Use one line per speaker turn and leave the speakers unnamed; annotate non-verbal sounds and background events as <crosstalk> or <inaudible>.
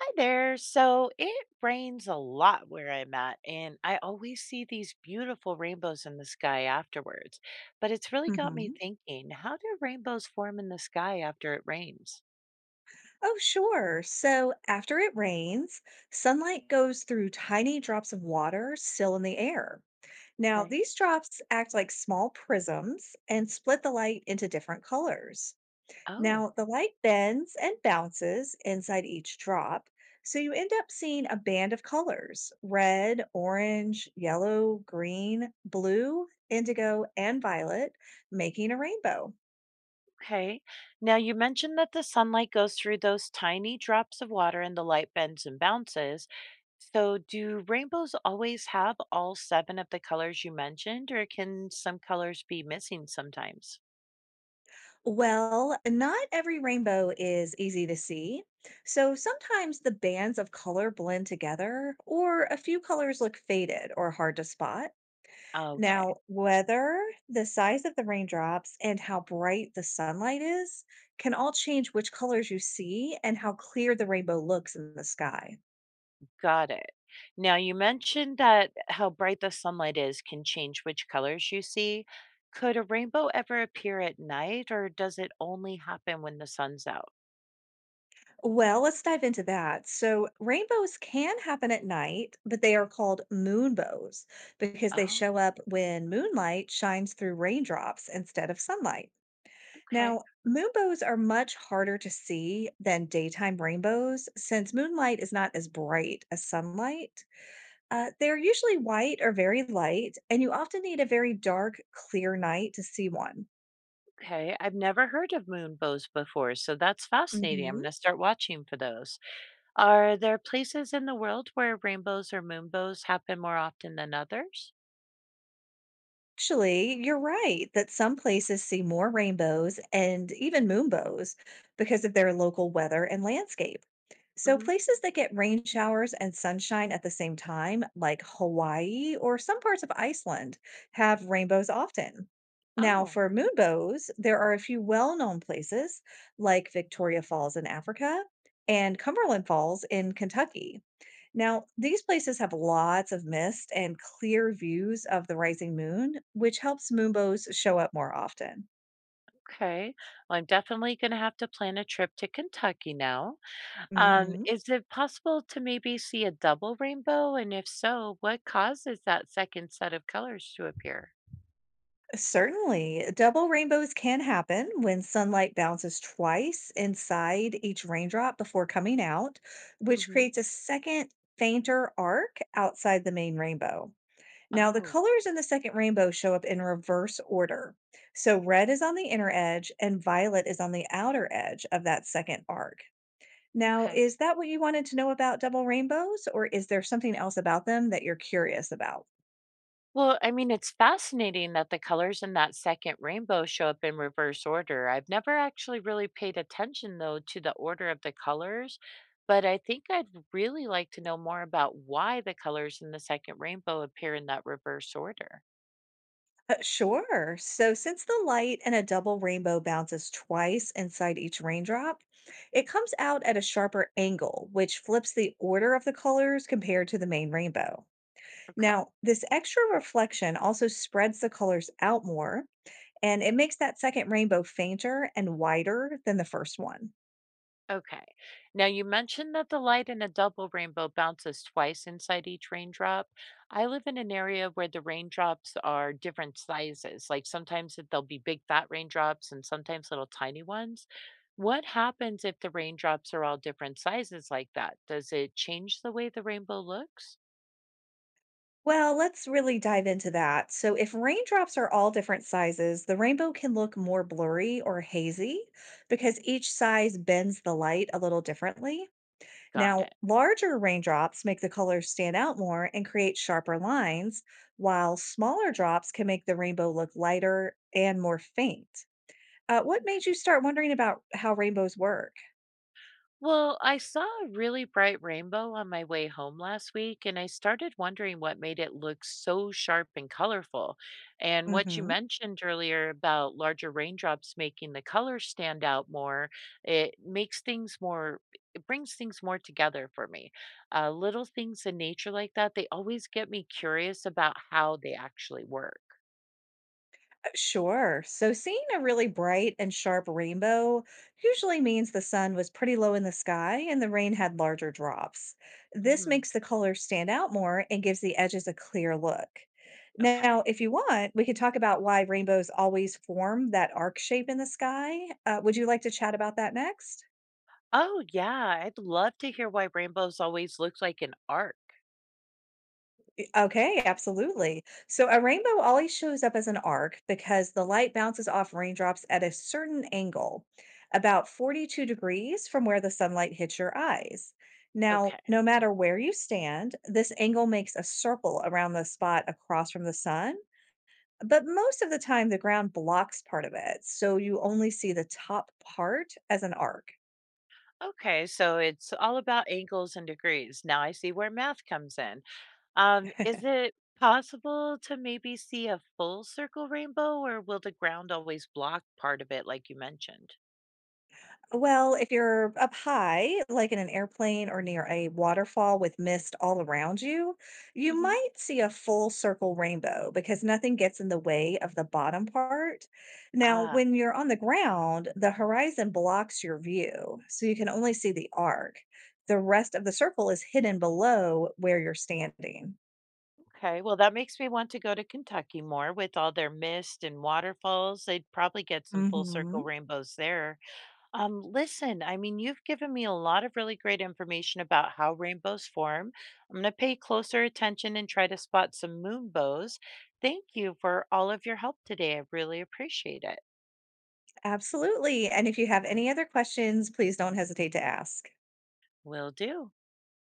Hi there. So it rains a lot where I'm at, and I always see these beautiful rainbows in the sky afterwards. But it's really got me
Hmm.
thinking, how do rainbows form in the sky after it rains?
Oh, sure. So after it rains, sunlight goes through tiny drops of water still in the air. Now,
Okay.
these drops act like small prisms and split the light into different colors.
Oh,
Now, the light bends and bounces inside each drop, so you end up seeing a band of colors: red, orange, yellow, green, blue, indigo, and violet, making a rainbow.
okay. Now you mentioned that the sunlight goes through those tiny drops of water and the light bends and bounces. So do rainbows always have all seven of the colors you mentioned, or can some colors be missing sometimes?
Well, not every rainbow is easy to see. So sometimes the bands of color blend together, or a few colors look faded or hard to spot.
Okay.
Now, weather, the size of the raindrops, and how bright the sunlight is can all change which colors you see and how clear the rainbow looks in the sky.
Got it. Now, you mentioned that how bright the sunlight is can change which colors you see. Could a rainbow ever appear at night, or does it only happen when the sun's out?
Well, let's dive into that. So, rainbows can happen at night, but they are called moonbows because they show
Oh,
up when moonlight shines through raindrops instead of sunlight.
okay.
Now, moonbows are much harder to see than daytime rainbows since moonlight is not as bright as sunlight. They're usually white or very light, and you often need a very dark, clear night to see one.
Okay. I've never heard of moonbows before, so that's fascinating. I'm
Mhm.
going to start watching for those. Are there places in the world where rainbows or moonbows happen more often than others?
Actually, you're right that some places see more rainbows and even moonbows because of their local weather and landscape. So,
Hmm.
places that get rain showers and sunshine at the same time, like Hawaii or some parts of Iceland, have rainbows often. Now,
Oh,
for moonbows, there are a few well known places like Victoria Falls in Africa and Cumberland Falls in Kentucky. Now, these places have lots of mist and clear views of the rising moon, which helps moonbows show up more often.
okay. Well, I'm definitely going to have to plan a trip to Kentucky now.
Hmm.
Is it possible to maybe see a double rainbow? And if so, what causes that second set of colors to appear?
Certainly, double rainbows can happen when sunlight bounces twice inside each raindrop before coming out, which
Hmm.
creates a second, fainter arc outside the main rainbow. Now, the
Oh,
colors in the second rainbow show up in reverse order. So, red is on the inner edge and violet is on the outer edge of that second arc. Now,
okay.
is that what you wanted to know about double rainbows, or is there something else about them that you're curious about?
Well, I mean, it's fascinating that the colors in that second rainbow show up in reverse order. I've never actually really paid attention, though, to the order of the colors, but I think I'd really like to know more about why the colors in the second rainbow appear in that reverse order.
Sure. So, since the light in a double rainbow bounces twice inside each raindrop, it comes out at a sharper angle, which flips the order of the colors compared to the main rainbow.
Okay.
Now, this extra reflection also spreads the colors out more, and it makes that second rainbow fainter and wider than the first one.
Okay. Now you mentioned that the light in a double rainbow bounces twice inside each raindrop. I live in an area where the raindrops are different sizes. Like sometimes there'll be big fat raindrops and sometimes little tiny ones. What happens if the raindrops are all different sizes like that? Does it change the way the rainbow looks?
Well, let's really dive into that. So, if raindrops are all different sizes, the rainbow can look more blurry or hazy because each size bends the light a little differently.
Got
Now,
it.
larger raindrops make the colors stand out more and create sharper lines, while smaller drops can make the rainbow look lighter and more faint. What made you start wondering about how rainbows work?
Well, I saw a really bright rainbow on my way home last week, and I started wondering what made it look so sharp and colorful. And what you
Hmm.
mentioned earlier about larger raindrops making the colors stand out more, it makes things more, it brings things more together for me. Little things in nature like that, they always get me curious about how they actually work.
Sure. So seeing a really bright and sharp rainbow usually means the sun was pretty low in the sky and the rain had larger drops. This
Hmm.
makes the colors stand out more and gives the edges a clear look.
Okay.
Now, if you want, we could talk about why rainbows always form that arc shape in the sky. Would you like to chat about that next?
Oh, yeah, I'd love to hear why rainbows always look like an arc.
Okay, absolutely. So a rainbow always shows up as an arc because the light bounces off raindrops at a certain angle, about 42 degrees from where the sunlight hits your eyes. Now,
Okay.
no matter where you stand, this angle makes a circle around the spot across from the sun, but most of the time the ground blocks part of it, so you only see the top part as an arc.
Okay, so it's all about angles and degrees. Now I see where math comes in. Is
<laughs>
it possible to maybe see a full circle rainbow, or will the ground always block part of it, like you mentioned?
Well, if you're up high, like in an airplane or near a waterfall with mist all around you, you
Hmm.
might see a full circle rainbow because nothing gets in the way of the bottom part. Now,
Ah,
when you're on the ground, the horizon blocks your view, so you can only see the arc. The rest of the circle is hidden below where you're standing.
okay. Well, that makes me want to go to Kentucky more with all their mist and waterfalls. They'd probably get some full circle
Hmm.
rainbows there. Listen, I mean, you've given me a lot of really great information about how rainbows form. I'm going to pay closer attention and try to spot some moonbows. Thank you for all of your help today. I really appreciate it.
Absolutely. And if you have any other questions, please don't hesitate to ask.
Will do.